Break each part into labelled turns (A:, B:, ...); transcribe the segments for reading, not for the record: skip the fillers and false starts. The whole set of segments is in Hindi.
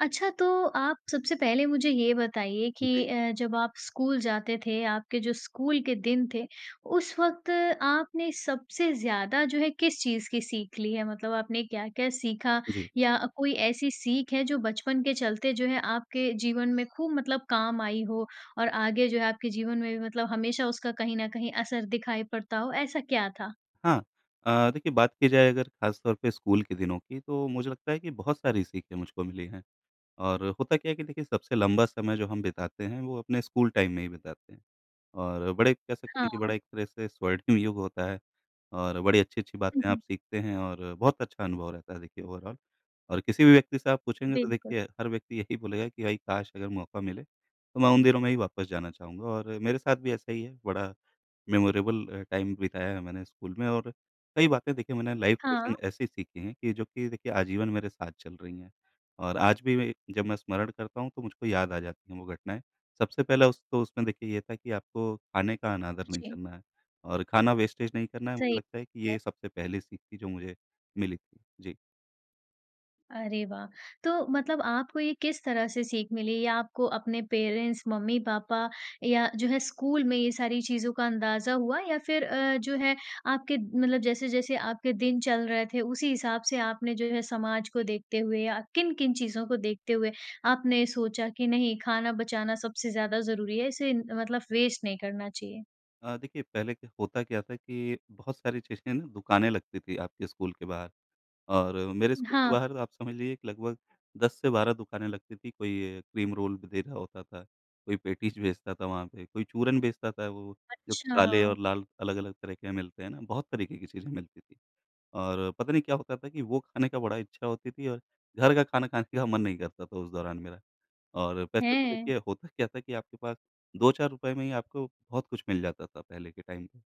A: अच्छा, तो आप सबसे पहले मुझे ये बताइए कि
B: जी,
A: जब आप स्कूल जाते थे, आपके जो स्कूल के दिन थे, उस वक़्त आपने सबसे ज़्यादा जो है किस चीज़ की सीख ली है? मतलब आपने क्या-क्या सीखा
B: जी।
A: या कोई ऐसी सीख है जो बचपन के चलते जो है आपके जीवन में खूब मतलब काम आई हो और आगे जो है आपके जीवन में भी मतलब हमेशा उसका कहीं न कहीं असर दिखाई पड़ता हो, ऐसा क्या था?
B: हाँ, देखिए बात की जाए अगर ख़ास तौर पे स्कूल के दिनों की तो मुझे लगता है कि बहुत सारी सीखें मुझको मिली हैं। और होता क्या है कि देखिए सबसे लंबा समय जो हम बिताते हैं वो अपने स्कूल टाइम में ही बिताते हैं, और बड़े कह सकते हैं कि
A: हाँ।
B: बड़ा एक तरह से स्वर्णिम युग होता है। और बड़ी अच्छी-अच्छी
A: हुँ,
B: बातें
A: हुँ।
B: आप सीखते हैं और बहुत अच्छा अनुभव रहता है देखिए ओवरऑल। और किसी भी व्यक्ति से आप पूछेंगे तो
A: बिल्कुल।
B: देखिए हर व्यक्ति यही बोलेगा कि भाई काश अगर मौका मिले तो मैं उन दिनों में ही वापस जाना चाहूँगा, और मेरे साथ भी ऐसा ही है। बड़ा मेमोरेबल टाइम बिताया है मैंने स्कूल में। और कई बातें देखिए मैंने लाइफ
A: हाँ।
B: लेसन ऐसी सीखी हैं कि जो कि देखिए आजीवन मेरे साथ चल रही हैं। और आज भी मैं जब मैं स्मरण करता हूँ तो मुझको याद आ जाती हैं वो घटनाएँ। सबसे पहला उस तो उसमें देखिए ये था कि आपको खाने का अनादर नहीं
A: जी।
B: करना है और खाना वेस्टेज नहीं करना है। मुझे
A: सही।
B: लगता है कि ये सबसे पहली सीख थी जो मुझे मिली थी। जी।
A: अरे वाह! तो मतलब आपको ये किस तरह से सीख मिली या आपको अपने पेरेंट्स, मम्मी-पापा या जो है स्कूल में ये सारी चीज़ों का अंदाज़ा हुआ या फिर जो है आपके मतलब जैसे-जैसे आपके दिन चल रहे थे उसी हिसाब से आपने जो है समाज को देखते हुए या किन-किन चीज़ों को देखते हुए आपने सोचा कि नहीं खाना बचाना सबसे ज़्यादा ज़रूरी है, इसे मतलब वेस्ट नहीं करना चाहिए?
B: देखिए पहले क्या था कि बहुत सारी चीज़ें ना दुकानें लगती थी आपके स्कूल के बाहर। और मेरे स्कूल के
A: हाँ,
B: बाहर आप समझ लीजिए कि लगभग 10 से 12 दुकानें लगती थी। कोई क्रीम रोल भी दे रहा होता था, कोई पेटीज़ बेचता था वहाँ पे, कोई चूरन बेचता था, वो जो
A: अच्छा
B: काले और लाल अलग-अलग तरह के मिलते हैं ना, बहुत तरीके की चीज़ें मिलती थी। और पता नहीं क्या होता था कि वो खाने का बड़ा इच्छा होती थी, और घर का खाना खाने का मन नहीं करता था उस दौरान मेरा। और पैसे तो
A: है।
B: देखिए होता क्या था कि आपके पास 2-4 रुपए में ही आपको बहुत कुछ मिल जाता था पहले के टाइम पे,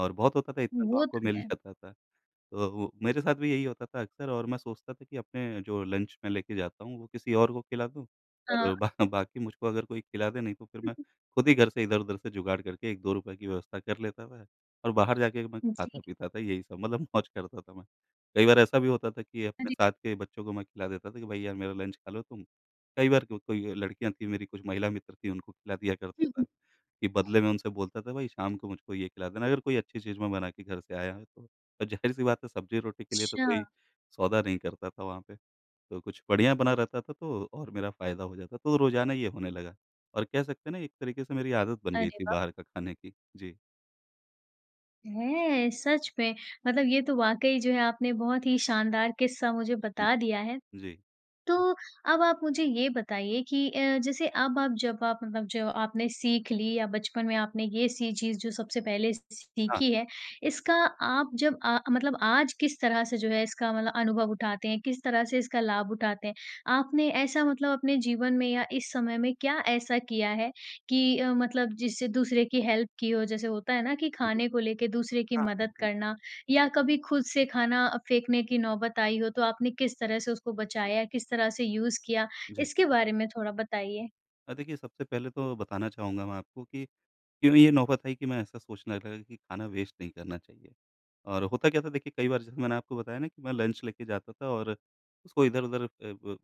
B: और बहुत होता था, इतना तो
A: वो
B: आपको
A: तो
B: मिल
A: है।
B: जाता था। तो मेरे साथ भी यही होता था अक्सर, और मैं सोचता था कि अपने जो लंच मैं लेके जाता हूँ, वो किसी और को खिला दूँ।
A: हाँ।
B: और बा बाकी मुझको अगर कोई खिला दे नहीं तो फिर मैं खुद ही घर से इधर-उधर से जुगाड़ करके ₹1-2 की व्यवस्था कर लेता था, और बाहर जाके मैं
A: जी,
B: खाता-पीता था, यही सब मतलब मौज करता था मैं। कई बार ऐसा भी होता था कि अपने
A: अरे!
B: साथ के बच्चों को मैं खिला देता था कि भाई यार मेरा लंच खा लो तुम। कई बार को कोई लड़कियाँ थी मेरी, कुछ महिला मित्र थी उनको खिला दिया करता था। कि बदले में उनसे बोलता था, "भई शाम को मुझको ये खिला देना," अगर कोई अच्छी चीज़ मैं बना के घर से आया है तो। और ज़ाहिर-सी बात है सब्ज़ी-रोटी के लिए तो
A: अच्छा।
B: कोई सौदा नहीं करता था वहाँ पे। तो कुछ बढ़िया बना रहता था तो और मेरा फ़ायदा हो जाता। तो रोज़ाना ये होने लगा, और कह सकते हैं ना एक तरीके से मेरी आदत बन गई
A: अरे
B: थी
A: वाह!
B: बाहर का खाने की। जी।
A: है सच में, मतलब ये तो वाक़ई जो है आपने बहुत ही शानदार किस्सा मुझे
B: हुँ,
A: बता दिया है।
B: जी।
A: तो अब आप मुझे ये बताइए कि जैसे अब आप जब आप मतलब जो आपने सीख ली या बचपन में आपने ये सी चीज़ जो सबसे पहले
B: हाँ,
A: सीखी है, इसका आप जब मतलब आज किस तरह से जो है इसका मतलब अनुभव उठाते हैं, किस तरह से इसका लाभ उठाते हैं? आपने ऐसा मतलब अपने जीवन में या इस समय में क्या ऐसा किया है कि मतलब जिससे दूसरे की हेल्प की हो? जैसे होता है ना कि
B: जी।
A: खाने को लेके दूसरे की
B: हाँ,
A: मदद
B: बिल्कुल।
A: करना या कभी खुद से खाना फेंकने की नौबत आई हो, तो आपने किस तरह से उसको बचाया, किस तरह से यूज़ किया?
B: जी।
A: इसके बारे में थोड़ा बताइए।
B: देखिए सबसे पहले तो बताना चाहूँगा मैं आपको कि ये नौबत आई कि मैं ऐसा सोचने लगा कि खाना वेस्ट नहीं करना चाहिए। और होता क्या था देखिए कई बार, जैसे मैंने आपको बताया ना कि मैं लंच लेके जाता था, और उसको इधर-उधर अ, ब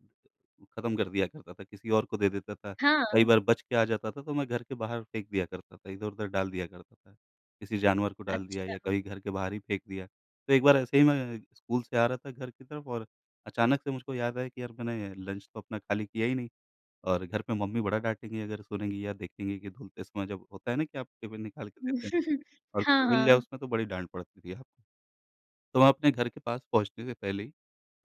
B: खत्म कर दिया करता था, किसी और को दे देता था। कई
A: हाँ,
B: बार बच के आ जाता था तो मैं घर के बाहर फेंक दिया करता था, इधर-उधर डाल दिया करता था। किसी जानवर को डाल दिया
A: अच्छा।
B: या कभी घर के बाहर ही फेंक दिया। तो एक बार ऐसे ही मैं स्कूल से आ रहा था घर की तरफ, और अचानक से मुझको याद आया कि यार मैंने लंच तो अपना खाली किया ही नहीं। और घर पे मम्मी बड़ा डाँटेंगी अगर सुनेंगी या देखेंगी कि धुलते समय जब होता है ना कि आप टिफ़िन निकाल के देते हैं और कुछ
A: हाँ,
B: मिल जाए
A: हाँ।
B: उसमें तो बड़ी डाँट पड़ती थी आपको। तो मैं अपने घर के पास पहुँचने से पहले ही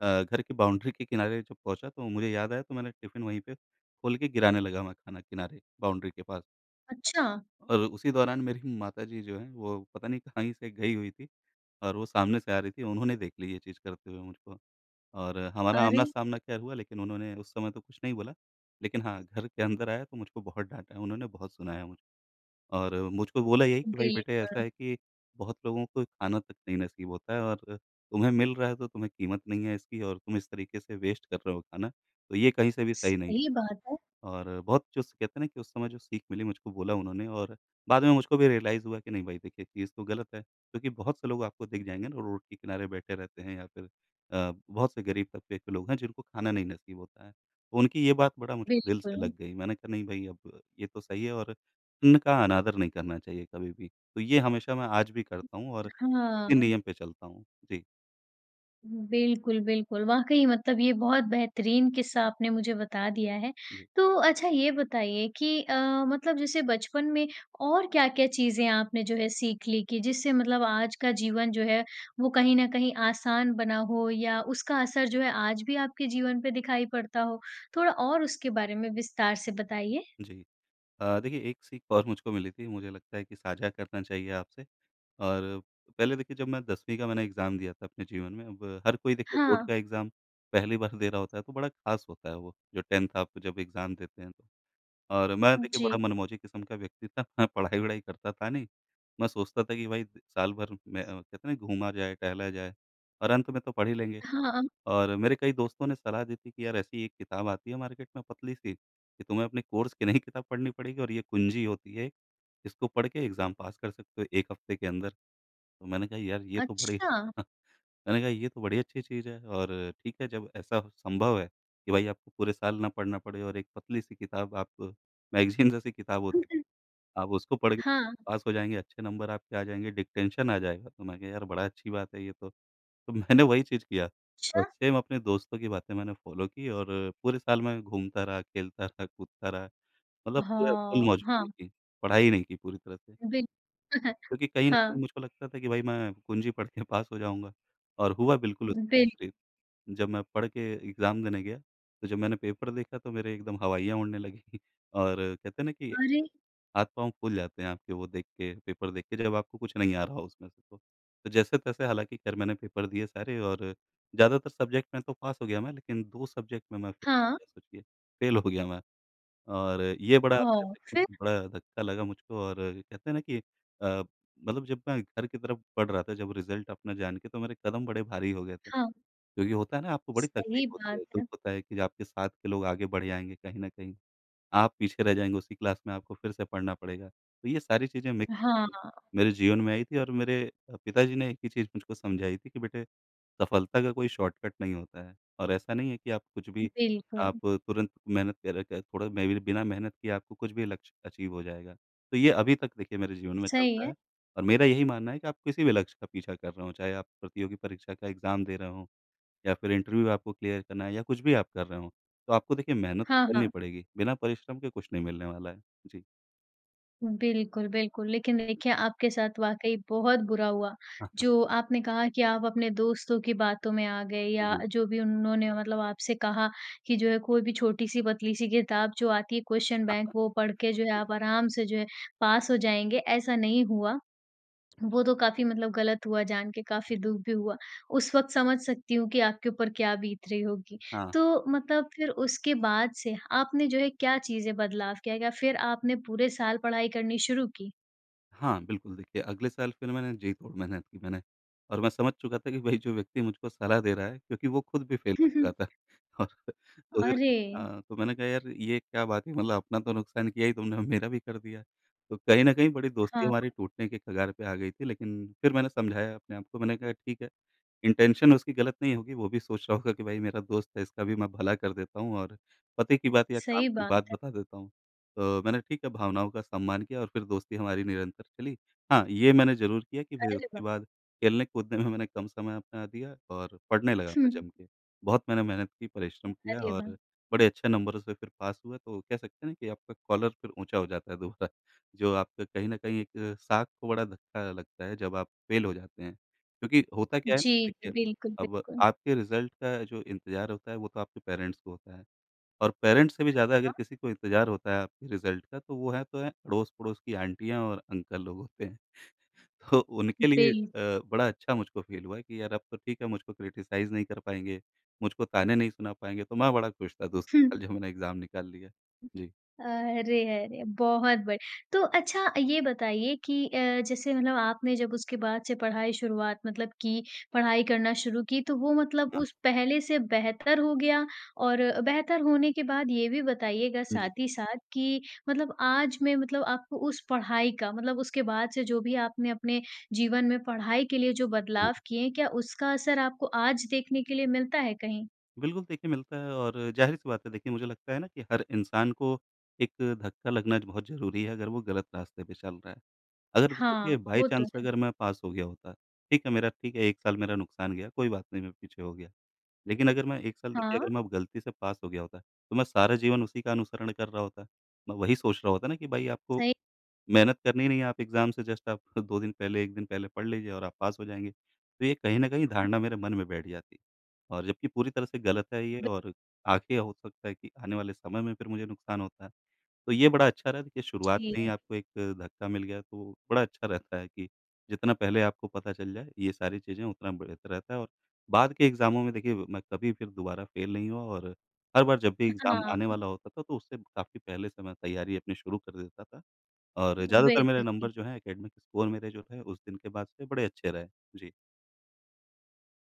B: घर की बाउंड्री के किनारे जब पहुँचा तो मुझे याद आया, तो मैंने टिफ़िन वहीं पे खोल के गिराने लगा मैं खाना किनारे बाउंड्री के पास।
A: अच्छा!
B: और उसी दौरान मेरी माताजी जो हैं वो पता नहीं कहाँ ही से गई हुई थी, और वो सामने से आ रही थी। उन्होंने देख ली ये चीज़ करते हुए मुझको, और हमारा
A: अरे!
B: आमना-सामना खैर हुआ, लेकिन उन्होंने उस समय तो कुछ नहीं बोला। लेकिन हाँ, घर के अंदर आया तो मुझको बहुत डाँटा, उन्होंने बहुत सुनाया मुझे। और मुझको बोला यही कि भाई बेटे ऐसा
A: बिल्कुल,
B: है कि बहुत लोगों को खाना तक नहीं नसीब होता है, और तुम्हें मिल रहा है तो तुम्हें कीमत नहीं है इसकी, और तुम इस तरीके से वेस्ट कर रहे हो खाना, तो ये कहीं से भी सही नहीं है।
A: सही बात है।
B: और बहुत जो स कहते हैं ना कि उस समय जो सीख मिली मुझको बोला उन्होंने। और बाद में मुझको भी रियलाइज़ हुआ कि नहीं भाई देखिए चीज़ तो गलत है। क्योंकि बहुत से लोग आपको दिख जाएँगे ना, रोड के किनारे बैठे रहते हैं या फिर बहुत से गरीब तबके के लोग हैं जिनको खाना नहीं नसीब होता है। तो उनकी ये बात बड़ा मुझको दिल
A: बिल्कुल,
B: से लग गई। मैंने कहा नहीं भाई अब ये तो सही है, और अन्न का अनादर नहीं करना चाहिए कभी भी। तो ये हमेशा मैं आज भी करता हूँ, और
A: हाँ।
B: इन नियम पे चलता हूँ। जी,
A: बिल्कुल, बिल्कुल। वाक़ई मतलब ये बहुत बेहतरीन किस्सा आपने मुझे बता दिया है।
B: जी,
A: तो अच्छा ये बताइए कि मतलब जैसे बचपन में और क्या-क्या चीज़ें आपने जो है सीख ली कि जिससे मतलब आज का जीवन जो है वो कहीं न कहीं आसान बना हो या उसका असर जो है आज भी आपके जीवन पे दिखाई पड़ता हो? थोड़ा और उसके बारे में विस्तार से बताइए।
B: जी। देखिए एक सीख और मुझको मिली थी। मुझे लगता है कि साझा करना चाहिए आपसे। और पहले देखिए जब मैं 10वीं का मैंने एग्ज़ाम दिया था अपने जीवन में, अब हर कोई देखिए
A: हाँ,
B: बोर्ड का एग्ज़ाम पहली बार दे रहा होता है, तो बड़ा ख़ास होता है वो, जो 10th आप जब एग्ज़ाम देते हैं तो। और मैं देखिए
A: जी।
B: बड़ा मनमौजी किस्म का व्यक्ति था, मैं पढ़ाई-वढ़ाई करता था नहीं। मैं सोचता था कि भाई साल भर में कहते हैं ना घूमा जाए, टहला जाए, और अंत में तो पढ़ ही लेंगे।
A: हाँ,
B: और मेरे कई दोस्तों ने सलाह दी थी कि यार ऐसी एक किताब आती है मार्केट में पतली-सी, कि तुम्हें अपने कोर्स की नई किताब पढ़नी पड़ेगी और ये कुंजी होती है, इसको पढ़ के एग्ज़ाम पास कर सकते हो 1 हफ़्ते के अंदर। तो मैंने कहा यार ये तो बड़ी
A: अच्छा।
B: मैंने कहा ये तो बड़ी अच्छी चीज़ है। और ठीक है जब ऐसा संभव है कि भाई आपको पूरे साल ना पढ़ना पड़े, और एक पतली-सी किताब आप, मैगज़ीन जैसी किताब होती है, आप उसको पढ़ के
A: हाँ,
B: पास हो जाएँगे, अच्छे नंबर आपके आ जाएँगे, डिक्टेंशन आ जाएगा। तो मैं कहा यार बड़ा अच्छी बात है ये तो। तो मैंने वही चीज़ किया, और
A: अच्छा।
B: सेम अपने दोस्तों की बातें मैंने फ़ॉलो की, और पूरे साल मैं घूमता रहा, खेलता रहा, कूदता रहा, मतलब पूरा फुल
A: हाँ,
B: मौज मैंने
A: हाँ,
B: की, पढ़ाई नहीं की पूरी तरह से।
A: बिल
B: क्योंकि कहीं न कहीं
A: हाँ,
B: मुझको लगता था कि भाई मैं कुंजी पढ़ के पास हो जाऊँगा, और हुआ बिल्कुल उसके
A: बिल
B: विपरीत। जब मैं पढ़ के एग्ज़ाम देने गया, तो जब मैंने पेपर देखा तो मेरे एकदम हवाइयाँ उड़ने लगीं और कहते हैं ना कि एक
A: अरे!
B: हाथ-पाँव फूल जाते हैं आपके वो देख के, पेपर देख के जब आपको कुछ नहीं आ रहा हो उसमें से तो। तो जैसे-तैसे हालाँकि खैर मैंने पेपर दिए सारे, और ज़्यादातर सब्जेक्ट में तो पास हो गया मैं, लेकिन 2 सब्जेक्ट में मैं फेल
A: हाँ,
B: हो गया सोचिए, फेल हो गया मैं। और ये बड़ा आप कह
A: हाँ,
B: सकते हैं
A: फिर?
B: कि बड़ा धक्का लगा मुझको, और कहते हैं ना कि अ, मतलब जब मैं घर की तरफ बढ़ रहा था, जब रिज़ल्ट अपना जान के, तो मेरे कदम बड़े भारी हो गए थे।
A: हाँ,
B: क्योंकि होता है ना आपको बड़ी
A: सही
B: तकलीफ़ होती
A: बात
B: है, दुःख
A: है।
B: होता है कि आपके साथ के लोग आगे बढ़ जाएँगे कहीं न कहीं। आप पीछे रह जाएँगे उसी क्लास में, आपको फिर से पढ़ना पड़ेगा। तो ये सारी चीज़ें मिक्स
A: हाँ,
B: थी, मेरे जीवन में आई थी, और मेरे पिताजी ने एक ही चीज़ मुझको समझाई थी कि बेटे सफलता का कोई शॉर्टकट नहीं होता है, और ऐसा नहीं है कि आप कुछ भी
A: बिल्कुल,
B: आप तुरंत मेहनत कर कर, थोड़ा मैं भी बिना मेहनत किए आपको कुछ भी लक्ष्य अचीव हो जाएगा। तो ये अभी तक देखिए मेरे जीवन में
A: सही
B: चलता
A: है।
B: है, और मेरा यही मानना है कि आप किसी भी लक्ष्य का पीछा कर रहे हों, चाहे आप प्रतियोगी परीक्षा का एग्ज़ाम दे रहे हों या फिर इंटरव्यू आपको क्लियर करना है या कुछ भी आप कर रहे हो, तो आपको देखिए मेहनत तो
A: हाँ,
B: करनी
A: हाँ,
B: पड़ेगी, बिना परिश्रम के कुछ नहीं मिलने वाला है। जी।
A: बिल्कुल, बिल्कुल। लेकिन देखिए आपके साथ वाक़ई बहुत बुरा हुआ,
B: हाँ, हाँ।
A: जो आपने कहा कि आप अपने दोस्तों की बातों में आ गए या
B: जी।
A: जो भी उन्होंने मतलब आपसे कहा कि जो है कोई भी छोटी-सी पतली-सी किताब जो आती है क्वेश्चन
B: हाँ,
A: बैंक वो पढ़ के जो है
B: जी,
A: आप आराम से जो है पास हो जाएँगे, ऐसा नहीं हुआ। वो तो काफ़ी मतलब गलत हुआ जान के, काफ़ी
B: जी।
A: दुःख भी हुआ। उस वक़्त समझ सकती हूँ कि आपके ऊपर क्या बीत रही होगी।
B: हाँ,
A: तो मतलब फिर उसके बाद से आपने जो है क्या चीज़ें बदलाव किया? क्या फिर आपने पूरे साल पढ़ाई करनी शुरू की?
B: हाँ, बिल्कुल। देखिए अगले साल फिर मैंने जी तोड़ मेहनत की मैंने, और मैं समझ चुका था कि भई जो व्यक्ति मुझको सलाह दे रहा है क्योंकि वो खुद भी फेल हो चुका था और तो फिर
A: अरे!
B: तो मैंने कहा यार, ये क्या बात है? मतलब अपना तो नुकसान किया ही तुमने, मेरा भी कर दिया। तो कहीं न कहीं बड़ी दोस्ती
A: हाँ,
B: हमारी टूटने के कगार पे आ गई थी, लेकिन फिर मैंने समझाया अपने आप को, मैंने कहा ठीक है। इंटेंशन उसकी गलत नहीं होगी, वो भी सोच रहा होगा कि भाई मेरा दोस्त है, इसका भी मैं भला कर देता हूँ और पते की बात या काम
A: सही
B: की बात
A: बात है।
B: बता देता हूँ। तो मैंने ठीक है, भावनाओं का सम्मान किया और फिर दोस्ती हमारी निरंतर चली। हाँ, ये मैंने ज़रूर किया कि भई
A: अरे वाह!
B: उसके बाद खेलने-कूदने में मैंने कम समय अपना दिया और पढ़ने लगा मैं
A: हुँ।
B: जम के। बहुत मैंने मेहनत की, परिश्रम किया
A: अरे वाह!
B: और बड़े अच्छे नंबरों से फिर पास हुआ, तो कह सकते हैं ना कि आपका कॉलर फिर ऊँचा हो जाता है दोबारा। जो आपका कहीं न कहीं एक साख को बड़ा धक्का लगता है जब आप फेल हो जाते हैं। क्योंकि होता क्या है ना
A: जी,
B: कि
A: जी,
B: देखिए,
A: बिल्कुल,
B: अब
A: बिल्कुल।
B: आपके रिज़ल्ट का जो इंतज़ार होता है, वो तो आपके पेरेंट्स को होता है। और पेरेंट्स से भी ज़्यादा अगर
A: हाँ,
B: किसी को इंतज़ार होता है आपके रिज़ल्ट का, तो वो है, तो है अड़ोस-पड़ोस की आंटियाँ और अंकल लोग होते हैं। तो उनके लिए
A: बिल्कुल।
B: बड़ा अच्छा मुझको फ़ील हुआ कि यार, अब तो ठीक है, मुझको क्रिटिसाइज़ नहीं कर पाएँगे, मुझको ताने नहीं सुना पाएँगे, तो मैं बड़ा खुश था दूसरे
A: हुँ।
B: साल जब मैंने एग्ज़ाम निकाल लिया। जी,
A: अरे, अरे! बहुत बढ़िया। तो अच्छा ये बताइए कि जैसे मतलब आपने जब उसके बाद से पढ़ाई शुरुआत मतलब की, पढ़ाई करना शुरू की तो वो मतलब
B: हाँ।
A: उस पहले से बेहतर हो गया? और बेहतर होने के बाद ये भी बताइएगा
B: जी।
A: साथ ही साथ कि मतलब आज में मतलब आपको उस पढ़ाई का मतलब उसके बाद से जो भी आपने अपने जीवन में पढ़ाई के लिए जो बदलाव किए हैं, क्या उसका असर आपको आज देखने के लिए मिलता है कहीं?
B: बिल्कुल, देखिए मिलता है और ज़ाहिर-सी बात है। देखिए मुझे लगता है ना कि हर इंसान को एक धक्का लगना बहुत ज़रूरी है, अगर वो गलत रास्ते पे चल रहा है। अगर
A: हाँ,
B: सोचिए बाई
A: वो तो
B: चांस
A: है।
B: अगर मैं पास हो गया होता, ठीक है मेरा, ठीक है 1 साल मेरा नुकसान गया, कोई बात नहीं, मैं पीछे हो गया। लेकिन अगर मैं 1 साल, देखिए
A: हाँ,
B: अगर मैं गलती से पास हो गया होता, तो मैं सारा जीवन उसी का अनुसरण कर रहा होता। मैं वही सोच रहा होता ना कि भाई आपको
A: सही
B: मेहनत करनी नहीं है, आप एग्ज़ाम से जस्ट आप 2 दिन पहले, 1 दिन पहले पढ़ लीजिए और आप पास हो जाएँगे। तो ये कहीं न कहीं धारणा मेरे मन में बैठ जाती है, और जबकि पूरी तरह से गलत है ये,
A: बि
B: और आगे हो सकता है कि आने वाले समय में फिर मुझे नुकसान होता है। तो ये बड़ा अच्छा रहा, देखिए शुरुआत
A: जी,
B: में ही आपको एक धक्का मिल गया, तो बड़ा अच्छा रहता है कि जितना पहले आपको पता चल जाए ये सारी चीज़ें, उतना बेहतर रहता है। और बाद के एग्ज़ामों में देखिए मैं कभी फिर दोबारा फ़ेल नहीं हुआ, और हर बार जब भी एग्ज़ाम आने
A: हाँ।
B: वाला होता था, तो उससे काफ़ी पहले से मैं तैयारी अपनी शुरू कर देता था। और ज़्यादातर मेरे
A: बेहतरीन
B: नंबर जो हैं, एकेडमिक स्कोर मेरे जो थे, उस दिन के बाद से बड़े अच्छे रहे। जी।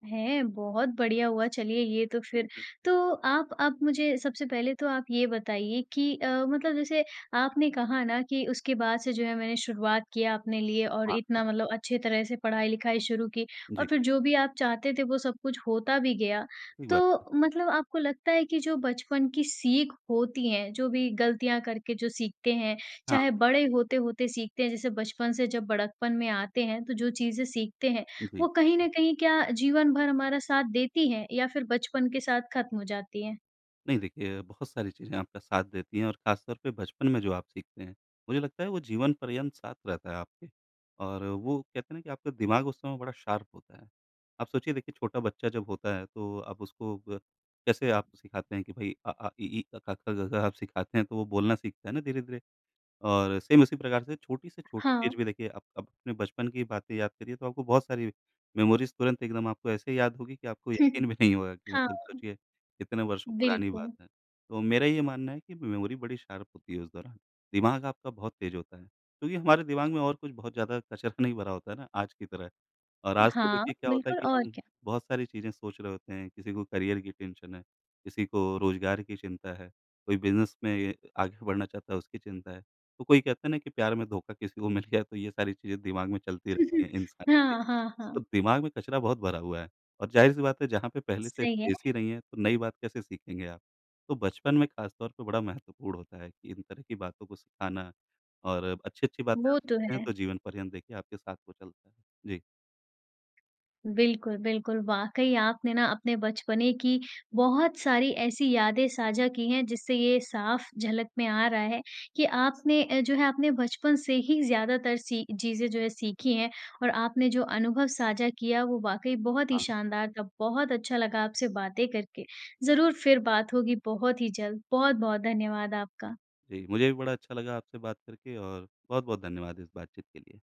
A: है, बहुत बढ़िया हुआ चलिए ये तो फिर। तो आप मुझे सबसे पहले तो आप ये बताइए कि मतलब जैसे आपने कहा ना कि उसके बाद से जो है मैंने शुरुआत किया अपने लिए और
B: हाँ, हाँ।
A: इतना मतलब अच्छे तरह से पढ़ाई-लिखाई शुरू की और
B: जी,
A: फिर जो भी आप चाहते थे वो सब कुछ होता भी गया।
B: ठीक
A: तो
B: बात है।
A: मतलब आपको लगता है कि जो बचपन की सीख होती हैं, जो भी गलतियाँ करके जो सीखते हैं,
B: हाँ,
A: चाहे बड़े होते-होते सीखते हैं जैसे बचपन से जब बड़कपन में आते हैं तो जो चीज़ें सीखते हैं, वो
B: जी।
A: कहीं न कहीं क्या जीवन भर हमारा साथ देती हैं या फिर बचपन के साथ खत्म हो जाती हैं?
B: नहीं देखिए, बहुत सारी चीज़ें आपका साथ देती हैं, और ख़ासतौर पे बचपन में जो आप सीखते हैं, मुझे लगता है वो जीवन पर्यंत साथ रहता है आपके। और वो कहते हैं ना कि आपका दिमाग उस समय बड़ा शार्प होता है। आप सोचिए, देखिए छोटा बच्चा जब होता है, तो आप उसको ब कैसे आप सिखाते हैं कि भई अ, आ, इ, ई, अ, क, ख, ग, घ आप सिखाते हैं, तो वो बोलना सीखता है ना धीरे-धीरे। और सेम उसी प्रकार से छोटी
A: हाँ।
B: चीज़ भी, देखिए आप अपने बचपन की बातें याद करिए, तो आपको बहुत सारी मेमोरीज़ तुरंत एकदम आपको ऐसे याद होगी कि आपको यकीन भी नहीं होगा कि
A: हाँ,
B: मतलब सोचिए कितने वर्षों पुरानी
A: बिल्कुल।
B: बात है। तो मेरा ये मानना है कि मेमोरी बड़ी शार्प होती है उस दौरान। दिमाग आपका बहुत तेज़ होता है, क्योंकि हमारे दिमाग में और कुछ बहुत ज़्यादा कचरा नहीं भरा होता है ना आज की तरह। और आज तो
A: हाँ,
B: देखिए क्या होता है
A: बिल्कुल
B: कि
A: और
B: हम
A: क्या।
B: बहुत सारी चीज़ें सोच रहे होते हैं, किसी को करियर की टेंशन है, किसी को रोज़गार की चिंता है, कोई बिज़नेस में आगे बढ़ना चाहता है उसकी चिंता है। तो कोई कहता है ना कि प्यार में धोखा किसी को मिल गया, तो ये सारी चीज़ें दिमाग में चलती रहती हैं इंसान के।
A: हाँ, हाँ,
B: तो
A: हाँ।
B: दिमाग में कचरा बहुत भरा हुआ है, और ज़ाहिर-सी बात है जहाँ पे पहले से
A: सही है,
B: स्पेस ही नहीं है, तो नई बात कैसे सीखेंगे आप? तो बचपन में ख़ास तौर पे बड़ा महत्वपूर्ण होता है कि इन तरह की बातों को सिखाना, और अच्छी-अच्छी बातें आप
A: वो तो
B: सीखते हैं,
A: है।
B: तो जीवन पर्यंत देखिए आपके साथ वो चलता है। जी,
A: बिल्कुल, बिल्कुल। वाक़ई आपने ना अपने बचपने की बहुत सारी ऐसी यादें साझा की हैं जिससे ये साफ़ झलक में आ रहा है कि आपने जो है अपने बचपन से ही ज़्यादातर सी चीज़ें जो है सीखी हैं और आपने जो अनुभव साझा किया वो वाक़ई बहुत ही
B: हाँ।
A: शानदार था। बहुत अच्छा लगा आपसे बातें करके। ज़रूर फिर बात होगी बहुत ही जल्द। बहुत-बहुत धन्यवाद आपका।
B: जी, मुझे भी बड़ा अच्छा लगा आपसे बात करके, और बहुत-बहुत धन्यवाद इस बातचीत के लिए।